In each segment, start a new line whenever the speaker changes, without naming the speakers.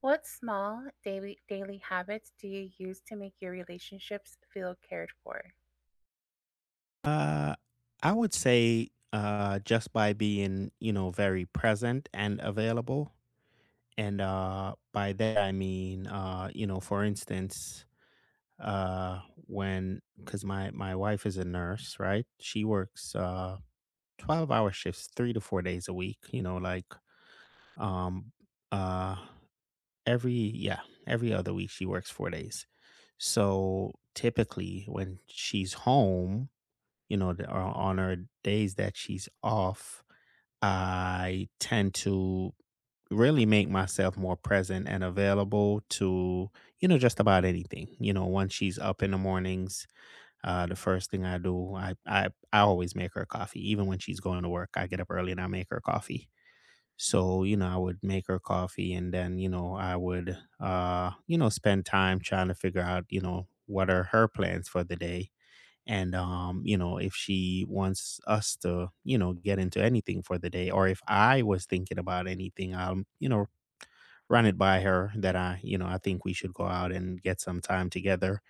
What small daily habits do you use to make your relationships feel cared for?
Uh, I would say, just by being, you know, very present and available. And by that I mean, you know, for instance, uh, when because my wife is a nurse, right? She works 12-hour shifts, 3 to 4 days a week. You know, um, uh, every yeah, every other week she works 4 days. So typically, when she's home you know, on her days that she's off, I tend to really make myself more present and available to, you know, just about anything. You know, once she's up in the mornings, the first thing I do, I always make her coffee. Even when she's going to work, I get up early and I make her coffee. So, you know, I would make her coffee and then, you know, I would, you know, spend time trying to figure out, you know, what are her plans for the day. And you know, if she wants us to, you know, get into anything for the day, or if I was thinking about anything, you know, run it by her that I, you know, I think we should go out and get some time together.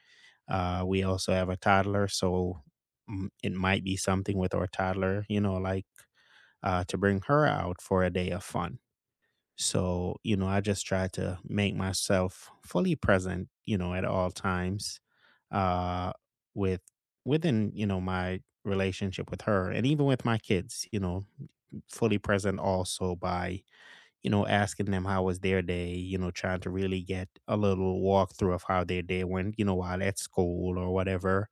We also have a toddler, so it might be something with our toddler, you know, like to bring her out for a day of fun. So, you know, I just try to make myself fully present, you know, at all times, uh, with within you know, my relationship with her and even with my kids, you know, fully present also by, you know, asking them how was their day, you know, trying to really get a little walkthrough of how their day went, you know, while at school or whatever.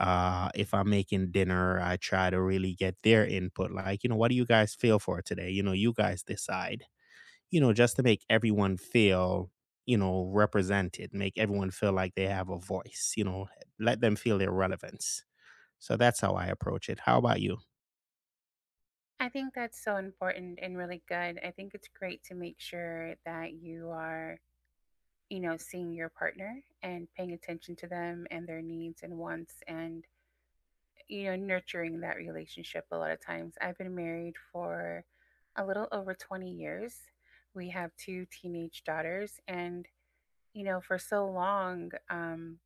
If I'm making dinner, I try to really get their input, like, you know, what do you guys feel for today? You know, you guys decide, you know, just to make everyone feel, you know, represented, make everyone feel like they have a voice, you know, let them feel their relevance. So that's how I approach it. How about you?
I think that's so important and really good. I think it's great to make sure that you are, you know, seeing your partner and paying attention to them and their needs and wants and, you know, nurturing that relationship a lot of times. I've been married for a little over 20 years. We have two teenage daughters and, you know, for so long,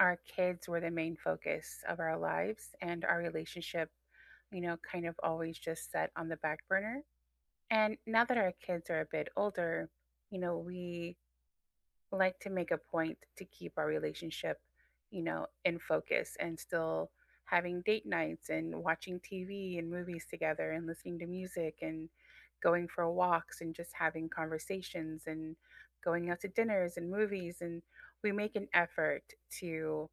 our kids were the main focus of our lives and our relationship, you know, kind of always just set on the back burner. And now that our kids are a bit older, you know, we like to make a point to keep our relationship, you know, in focus and still having date nights and watching TV and movies together and listening to music and going for walks and just having conversations and going out to dinners and movies, and we make an effort to,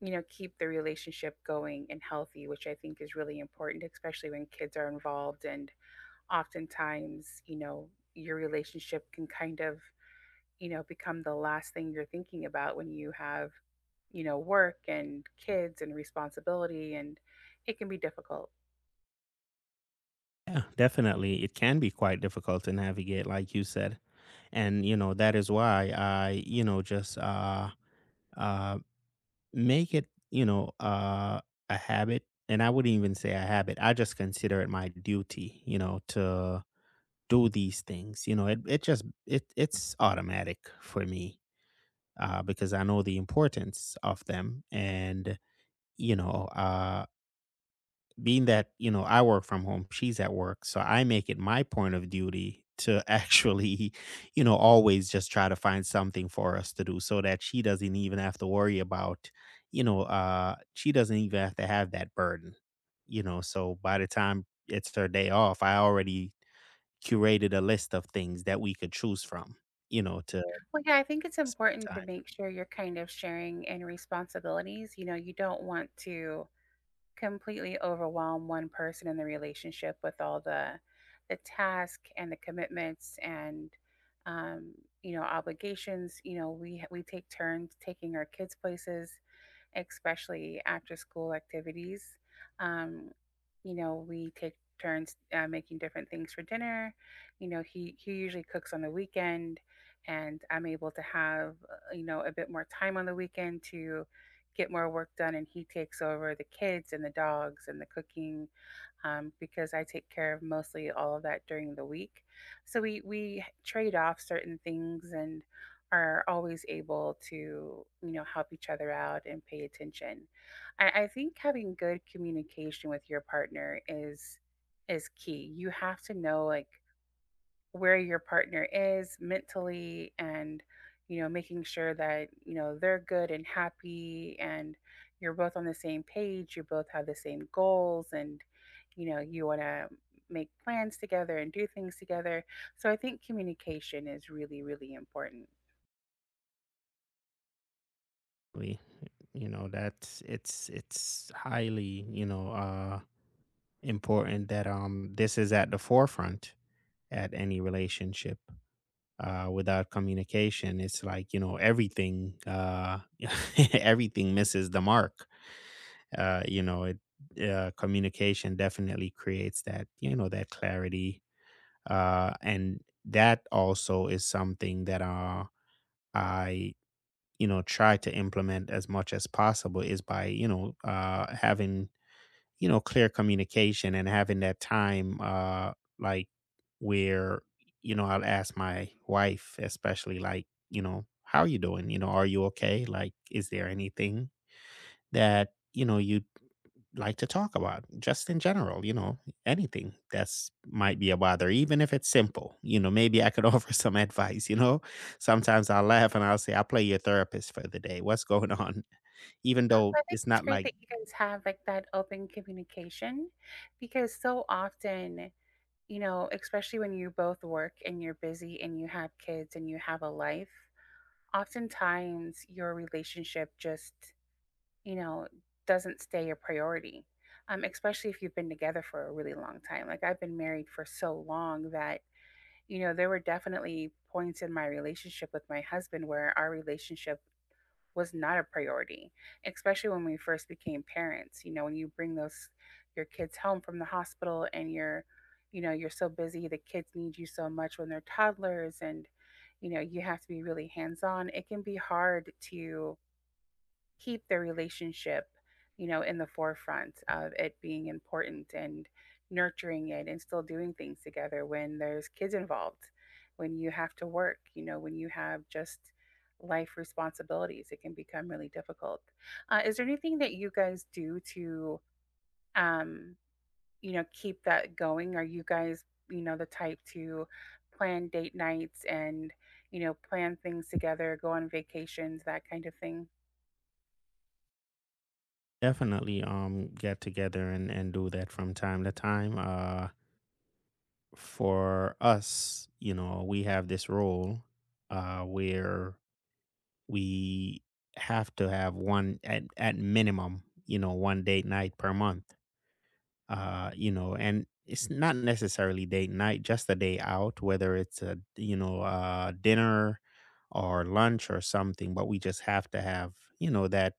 you know, keep the relationship going and healthy, which I think is really important, especially when kids are involved. And oftentimes, you know, your relationship can kind of, you know, become the last thing you're thinking about when you have, you know, work and kids and responsibility, and it can be difficult.
Yeah, definitely. It can be quite difficult to navigate, like you said. And, you know, that is why I, you know, just uh, make it, you know, a habit. And I wouldn't even say a habit, I just consider it my duty, you know, to do these things. You know, it's automatic for me, because I know the importance of them. And, you know, being that, you know, I work from home, she's at work. So I make it my point of duty to actually, you know, always just try to find something for us to do so that she doesn't even have to worry about, you know, she doesn't even have to have that burden, you know. So by the time it's her day off, I already curated a list of things that we could choose from, you know, to
Well, yeah, I think it's
spend
important to
time.
make sure you're kind of sharing in responsibilities. You know, you don't want to completely overwhelm one person in the relationship with all the task and the commitments and um, you know, obligations. You know, we take turns taking our kids places, especially after school activities. Um, you know, we take turns making different things for dinner. You know, he usually cooks on the weekend, and I'm able to have you know, a bit more time on the weekend to get more work done. And he takes over the kids and the dogs and the cooking, because I take care of mostly all of that during the week. So we trade off certain things and are always able to, you know, help each other out and pay attention. I think having good communication with your partner is key. You have to know like where your partner is mentally and, you know, making sure that you know they're good and happy and you're both on the same page, you both have the same goals, and, you know, you want to make plans together and do things together. So I think communication is really really important.
Exactly. You know, that's it's highly, you know, important that this is at the forefront at any relationship. Without communication, it's like, you know, everything everything misses the mark. You know, it communication definitely creates that, you know, that clarity. And that also is something that I, you know, try to implement as much as possible is by, you know, having, you know, clear communication and having that time, like where, you know, I'll ask my wife, especially like, you know, how are you doing? You know, are you okay? Like, is there anything that, you know, you like to talk about just in general, you know, anything that's might be a bother, even if it's simple, you know, maybe I could offer some advice, you know, sometimes I'll laugh and I'll say I'll play your therapist for the day, what's going on? Even
So
though
I think
it's
it's
not
great
like
that you guys have like that open communication, because so often, you know, especially when you both work and you're busy and you have kids and you have a life, oftentimes your relationship just, you know, doesn't stay a priority, especially if you've been together for a really long time. Like I've been married for so long that, you know, there were definitely points in my relationship with my husband where our relationship was not a priority, especially when we first became parents. You know, when you bring those your kids home from the hospital and you're, you know, you're so busy, the kids need you so much when they're toddlers, and, you know, you have to be really hands-on. It can be hard to keep their relationship, you know, in the forefront of it being important and nurturing it and still doing things together when there's kids involved, when you have to work, you know, when you have just life responsibilities, it can become really difficult. Is there anything that you guys do to, um, you know, keep that going? Are you guys, you know, the type to plan date nights and, you know, plan things together, go on vacations, that kind of thing?
definitely, get together and do that from time to time. For us, you know, we have this rule, where we have to have at minimum, you know, one date night per month. You know, and it's not necessarily date night, just a day out, whether it's a, you know, dinner or lunch or something, but we just have to have, you know, that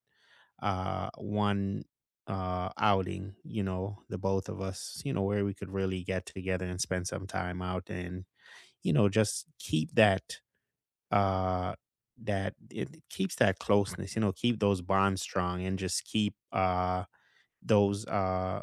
one outing, you know, the both of us, you know, where we could really get together and spend some time out. And you know, just keep that, uh that, it keeps that closeness, you know, keep those bonds strong, and just keep those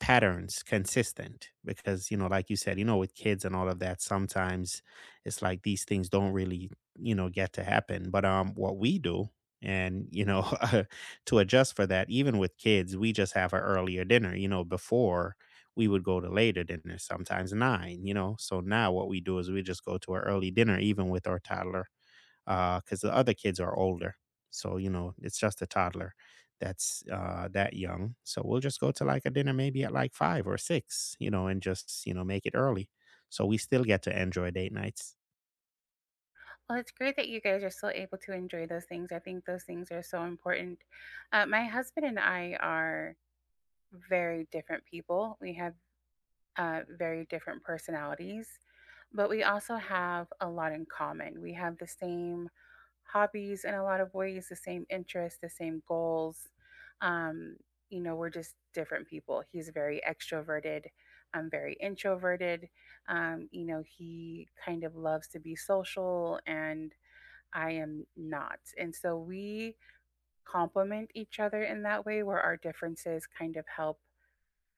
patterns consistent, because you know, like you said, you know, with kids and all of that, sometimes it's like these things don't really, you know, get to happen. But what we do, and you know, to adjust for that, even with kids, we just have an earlier dinner, you know. Before, we would go to later dinner, sometimes nine, you know, so now what we do is we just go to an early dinner, even with our toddler, because the other kids are older. So you know, it's just a toddler that's that young. So we'll just go to like a dinner maybe at like five or six, you know, and just, you know, make it early, so we still get to enjoy date nights.
Well, it's great that you guys are still able to enjoy those things. I think those things are so important. My husband and I are very different people. We have very different personalities, but we also have a lot in common. We have the same hobbies in a lot of ways, the same interests, the same goals. Um, you know, we're just different people. He's very extroverted. I'm very introverted. You know, he kind of loves to be social and I am not. And so we complement each other in that way where our differences kind of help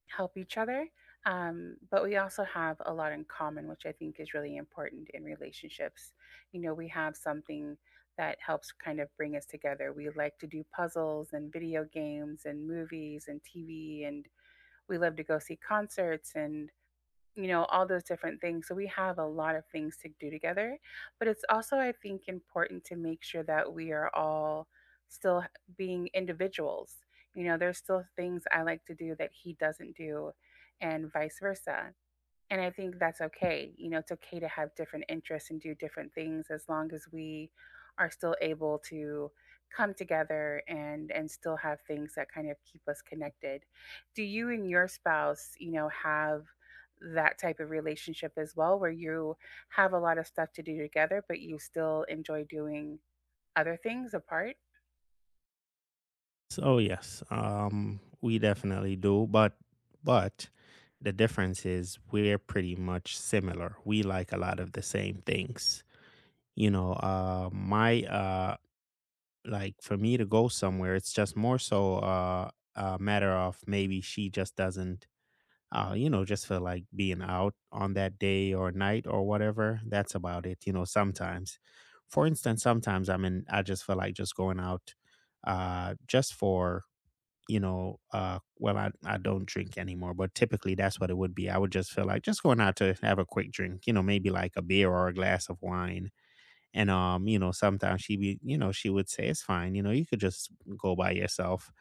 help each other. But we also have a lot in common, which I think is really important in relationships. You know, we have something that helps kind of bring us together. We like to do puzzles and video games and movies and TV, and we love to go see concerts and, you know, all those different things. So we have a lot of things to do together, but it's also, I think, important to make sure that we are all still being individuals. You know, there's still things I like to do that he doesn't do, and vice versa. And I think that's okay. You know, it's okay to have different interests and do different things as long as we are still able to come together and still have things that kind of keep us connected. Do you and your spouse, you know, have that type of relationship as well where you have a lot of stuff to do together but you still enjoy doing other things apart?
So yes, we definitely do, but the difference is we're pretty much similar. We like a lot of the same things. You know, my like for me to go somewhere, it's just more so, a matter of maybe she just doesn't, you know, just feel like being out on that day or night or whatever, that's about it. You know, sometimes, for instance, sometimes I mean, I just feel like just going out, just for, you know, well, I don't drink anymore, but typically that's what it would be. I would just feel like just going out to have a quick drink, you know, maybe like a beer or a glass of wine. And you know, sometimes she be, you know, she would say, "It's fine. You know, you could just go by yourself,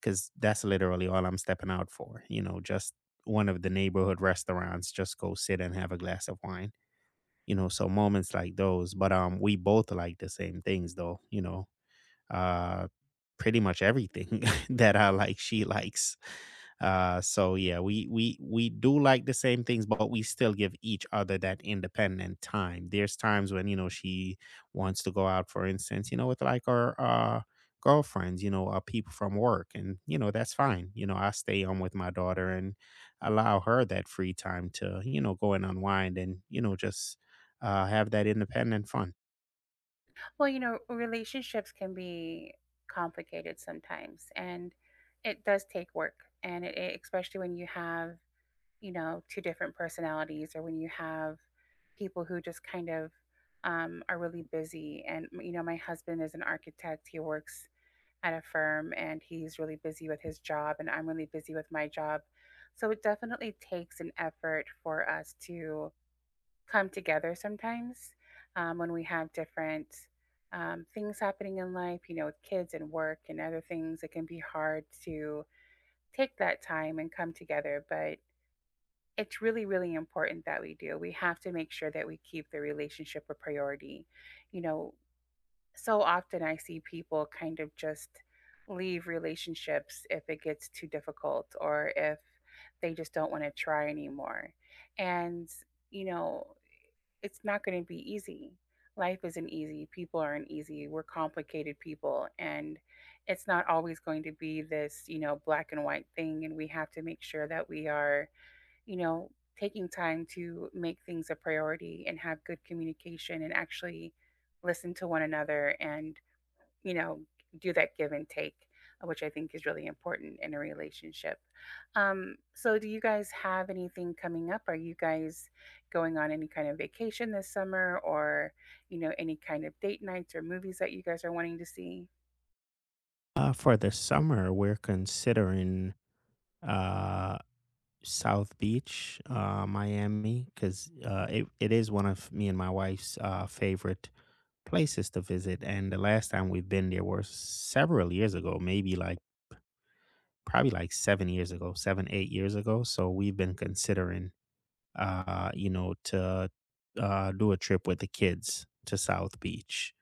because that's literally all I'm stepping out for. You know, just one of the neighborhood restaurants. Just go sit and have a glass of wine." You know, so moments like those. But we both like the same things, though. You know, uh, pretty much everything that I like, she likes. So yeah, we we do like the same things, but we still give each other that independent time. There's times when you know she wants to go out, for instance, you know, with like our girlfriends, you know, people from work, and you know, that's fine. You know, I stay home with my daughter and allow her that free time to, you know, go and unwind, and you know, just have that independent fun.
Well, you know, relationships can be complicated sometimes, and it does take work and especially when you have, you know, two different personalities, or when you have people who just kind of, are really busy. And, you know, my husband is an architect, he works at a firm and he's really busy with his job, and I'm really busy with my job. So it definitely takes an effort for us to come together sometimes, when we have different things happening in life, you know, with kids and work and other things. It can be hard to take that time and come together. But it's really really important that we do. We have to make sure that we keep the relationship a priority. You know, so often I see people kind of just leave relationships if it gets too difficult, or if they just don't want to try anymore. And, you know, it's not going to be easy. Life isn't easy, people aren't easy, we're complicated people, and it's not always going to be this, you know, black and white thing, and we have to make sure that we are, you know, taking time to make things a priority and have good communication and actually listen to one another and, you know, do that give and take, which I think is really important in a relationship. So, do you guys have anything coming up? Are you guys going on any kind of vacation this summer or, you know, any kind of date nights or movies that you guys are wanting to see?
For the summer, we're considering uh South Beach, Miami, because it is one of me and my wife's favorite places to visit. And the last time we've been there was several years ago, maybe like probably like 7 years ago, seven, 8 years ago. So we've been considering you know, to do a trip with the kids to South Beach.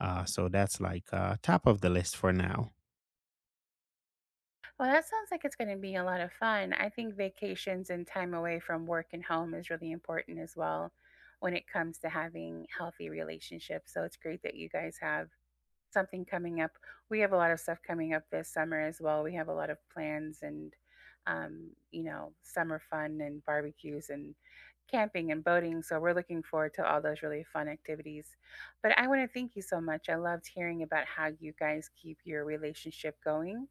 So that's like top of the list for now.
Well, that sounds like it's going to be a lot of fun. I think vacations and time away from work and home is really important as well when it comes to having healthy relationships. So it's great that you guys have something coming up. We have a lot of stuff coming up this summer as well. We have a lot of plans and, you know, summer fun and barbecues and camping and boating. So we're looking forward to all those really fun activities. But I want to thank you so much. I loved hearing about how you guys keep your relationship going.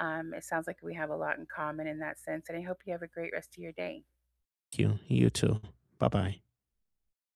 It sounds like we have a lot in common in that sense. And I hope you have a great rest of your day.
Thank you. You too. Bye bye.